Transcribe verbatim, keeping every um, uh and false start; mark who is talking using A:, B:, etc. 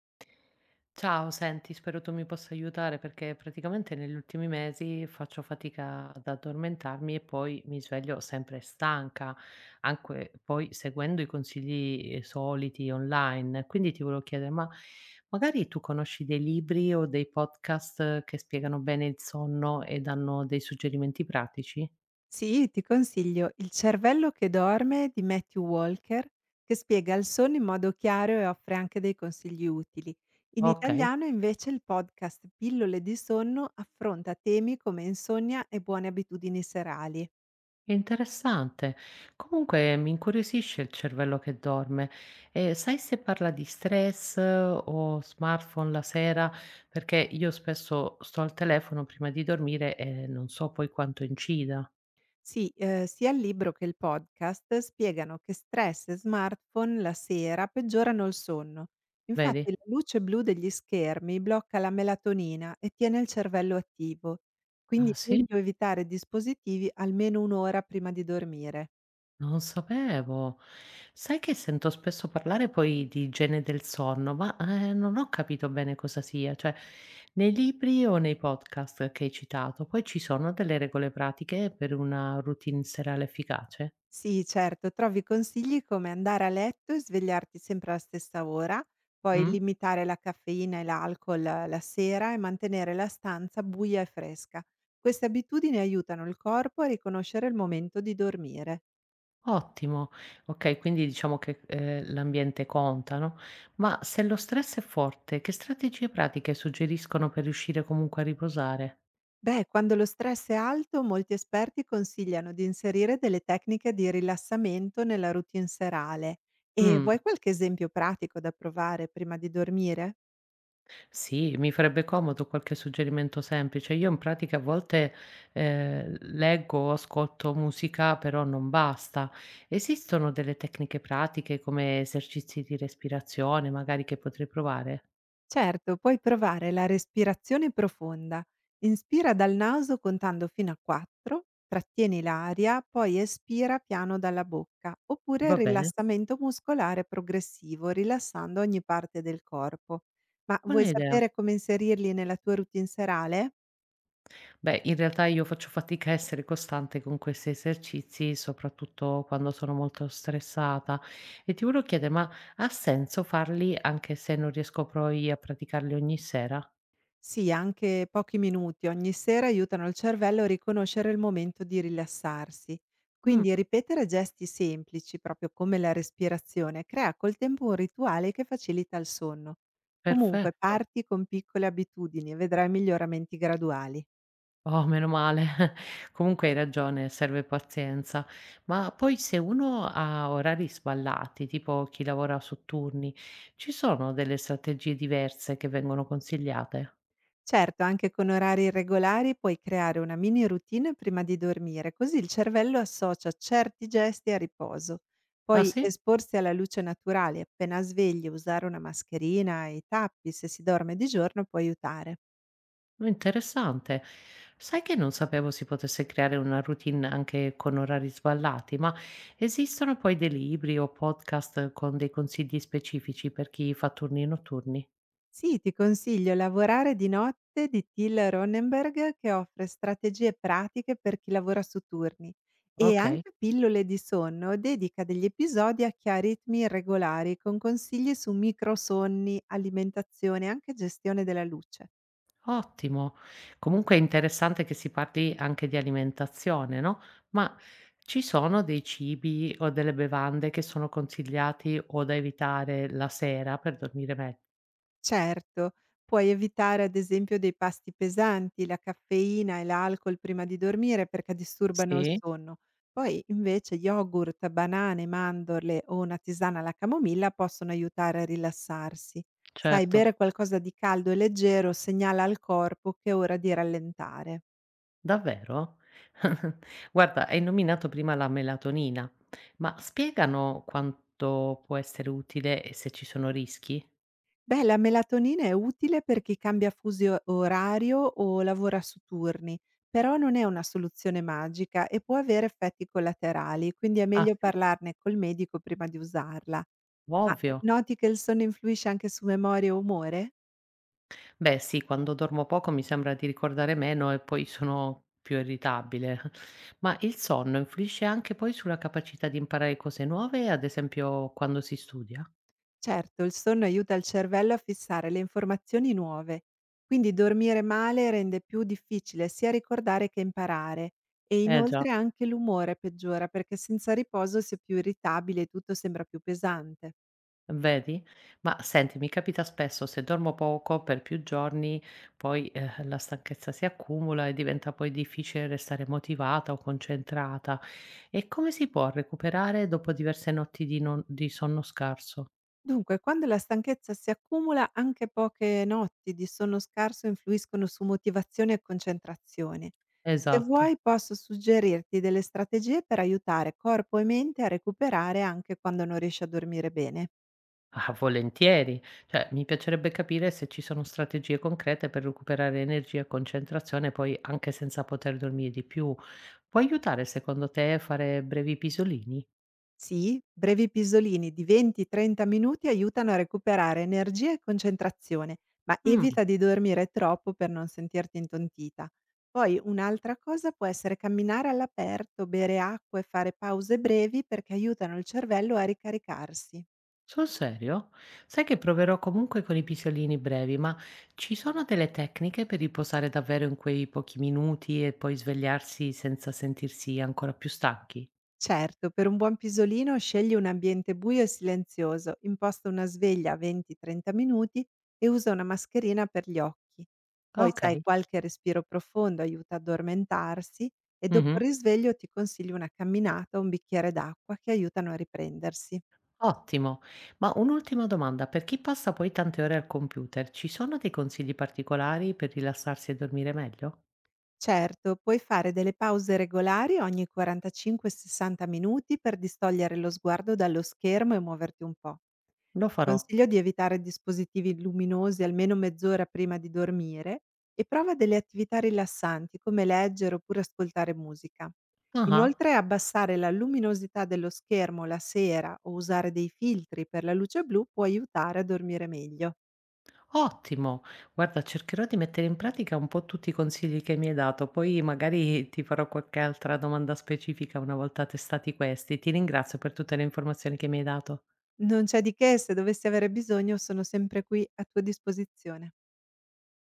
A: Ciao, senti, spero tu mi possa aiutare perché praticamente negli ultimi mesi faccio fatica ad addormentarmi e poi mi sveglio sempre stanca, anche poi seguendo i consigli eh, soliti online. Quindi ti volevo chiedere, ma magari tu conosci dei libri o dei podcast che spiegano bene il sonno e danno dei suggerimenti pratici?
B: Sì, ti consiglio Il cervello che dorme di Matthew Walker, che spiega il sonno in modo chiaro e offre anche dei consigli utili. In
A: Ok.
B: italiano invece il podcast Pillole di sonno affronta temi come insonnia e buone abitudini serali.
A: Interessante. Comunque mi incuriosisce Il cervello che dorme. E sai se parla di stress o smartphone la sera? Perché io spesso sto al telefono prima di dormire e non so poi quanto incida,
B: Sì, ehm, sia il libro che il podcast spiegano che stress e smartphone la sera peggiorano il sonno. Infatti
A: vedi?
B: la luce blu degli schermi blocca la melatonina e tiene il cervello attivo. Quindi
A: Ah
B: è
A: sì?
B: meglio evitare dispositivi almeno un ora prima di dormire.
A: Non lo sapevo. Sai che sento spesso parlare poi di igiene del sonno, ma eh, non ho capito bene cosa sia, cioè nei libri o nei podcast che hai citato, poi ci sono delle regole pratiche per una routine serale efficace?
B: Sì, certo, trovi consigli come andare a letto e svegliarti sempre alla stessa ora, poi
A: Mm?
B: limitare la caffeina e l'alcol la sera e mantenere la stanza buia e fresca. Queste abitudini aiutano il corpo a riconoscere il momento di dormire.
A: Ottimo, ok, quindi diciamo che eh, l'ambiente conta, no? Ma se lo stress è forte, che strategie pratiche suggeriscono per riuscire comunque a riposare?
B: Beh, quando lo stress è alto, molti esperti consigliano di inserire delle tecniche di rilassamento nella routine serale. E vuoi
A: Mm.
B: qualche esempio pratico da provare prima di dormire?
A: Sì, mi farebbe comodo qualche suggerimento semplice. Io in pratica a volte eh, leggo o ascolto musica, però non basta. Esistono delle tecniche pratiche come esercizi di respirazione, magari che potrei provare?
B: Certo, puoi provare la respirazione profonda. Inspira dal naso contando fino a quattro, trattieni l'aria, poi espira piano dalla bocca, oppure
A: Va bene?
B: rilassamento muscolare progressivo, rilassando ogni parte del corpo. Ma vuoi
A: Buona idea.
B: sapere come inserirli nella tua routine serale?
A: Beh, in realtà io faccio fatica a essere costante con questi esercizi, soprattutto quando sono molto stressata. E ti volevo chiedere, ma ha senso farli anche se non riesco poi a praticarli ogni sera?
B: Sì, anche pochi minuti ogni sera aiutano il cervello a riconoscere il momento di rilassarsi.
A: Mm,
B: Quindi ripetere gesti semplici, proprio come la respirazione, crea col tempo un rituale che facilita il sonno. Comunque
A: perfetto.
B: parti con piccole abitudini e vedrai miglioramenti graduali.
A: Oh, meno male. Comunque hai ragione, serve pazienza. Ma poi se uno ha orari sballati, tipo chi lavora su turni, ci sono delle strategie diverse che vengono consigliate?
B: Certo, anche con orari regolari puoi creare una mini routine prima di dormire, così il cervello associa certi gesti a riposo.
A: Ah
B: Poi
A: sì?
B: esporsi alla luce naturale appena svegli, usare una mascherina e i tappi se si dorme di giorno può aiutare.
A: Oh, interessante. Sai che non sapevo si potesse creare una routine anche con orari sballati, ma esistono poi dei libri o podcast con dei consigli specifici per chi fa turni notturni?
B: Sì, ti consiglio "Lavorare di notte" di Till Ronnenberg, che offre strategie pratiche per chi lavora su turni e
A: Ok.
B: anche "Pillole di sonno" dedica degli episodi a chi ha ritmi irregolari con consigli su microsonni, alimentazione e anche gestione della luce.
A: Ottimo. Comunque è interessante che si parli anche di alimentazione, no, ma ci sono dei cibi o delle bevande che sono consigliati o da evitare la sera per dormire me
B: Certo, puoi evitare ad esempio dei pasti pesanti, la caffeina e l'alcol prima di dormire perché disturbano il
A: sì?
B: sonno. Poi invece yogurt, banane, mandorle o una tisana alla camomilla possono aiutare a rilassarsi. Sai,
A: Certo.
B: bere qualcosa di caldo e leggero segnala al corpo che è ora di rallentare.
A: Davvero? Guarda, hai nominato prima la melatonina, ma spiegano quanto può essere utile e se ci sono rischi?
B: Beh, la melatonina è utile per chi cambia fuso orario o lavora su turni, però non è una soluzione magica e può avere effetti collaterali, quindi è
A: Ah
B: meglio
A: sì?
B: parlarne col medico prima di usarla. Ma eh,
A: Ovvio.
B: noti che il sonno influisce anche su memoria e umore?
A: Beh sì, quando dormo poco mi sembra di ricordare meno e poi sono più irritabile. Ma il sonno influisce anche poi sulla capacità di imparare cose nuove, ad esempio quando si studia?
B: Certo, il sonno aiuta il cervello a fissare le informazioni nuove, quindi dormire male rende più difficile sia ricordare che imparare e
A: Eh già,
B: inoltre anche l'umore peggiora perché senza riposo si è più irritabili e tutto sembra più pesante.
A: vedi? Ma senti, mi capita spesso se dormo poco per più giorni, poi eh, la stanchezza si accumula e diventa poi difficile restare motivata o concentrata. E come si può recuperare dopo diverse notti di non- di sonno scarso?
B: Dunque, quando la stanchezza si accumula, anche poche notti di sonno scarso influiscono su motivazione e concentrazione. Se
A: Esatto.
B: vuoi posso suggerirti delle strategie per aiutare corpo e mente a recuperare anche quando non riesci a dormire bene.
A: Ah, volentieri. Cioè, mi piacerebbe capire se ci sono strategie concrete per recuperare energia e concentrazione, poi anche senza poter dormire di più. Può aiutare, secondo te, fare brevi pisolini?
B: Sì, brevi pisolini di venti trenta minuti aiutano a recuperare energia e concentrazione, ma
A: Mm,
B: evita di dormire troppo per non sentirti intontita. Poi un'altra cosa può essere camminare all'aperto, bere acqua e fare pause brevi perché aiutano il cervello a ricaricarsi.
A: sul serio? Sai che proverò comunque con i pisolini brevi, ma ci sono delle tecniche per riposare davvero in quei pochi minuti e poi svegliarsi senza sentirsi ancora più stanchi?
B: Certo, per un buon pisolino scegli un ambiente buio e silenzioso, imposta una sveglia a venti trenta minuti e usa una mascherina per gli occhi. Poi, sai,
A: Ok.
B: qualche respiro profondo aiuta ad addormentarsi e dopo
A: Mhm.
B: il risveglio ti consiglio una camminata o un bicchiere d'acqua che aiutano a riprendersi.
A: Ottimo. Ma un'ultima domanda, per chi passa poi tante ore al computer, ci sono dei consigli particolari per rilassarsi e dormire meglio?
B: Certo, puoi fare delle pause regolari ogni quarantacinque a sessanta minuti per distogliere lo sguardo dallo schermo e muoverti un po'.
A: Lo
B: Ti
A: farò.
B: consiglio di evitare dispositivi luminosi almeno mezz'ora prima di dormire e prova delle attività rilassanti come leggere oppure ascoltare musica.
A: Ah,
B: Inoltre abbassare la luminosità dello schermo la sera o usare dei filtri per la luce blu può aiutare a dormire meglio.
A: ottimo. Guarda, cercherò di mettere in pratica un po' tutti i consigli che mi hai dato, poi magari ti farò qualche altra domanda specifica una volta testati questi. Ti ringrazio per tutte le informazioni che mi hai dato.
B: Non c'è di che, se dovessi avere bisogno sono sempre qui a tua disposizione.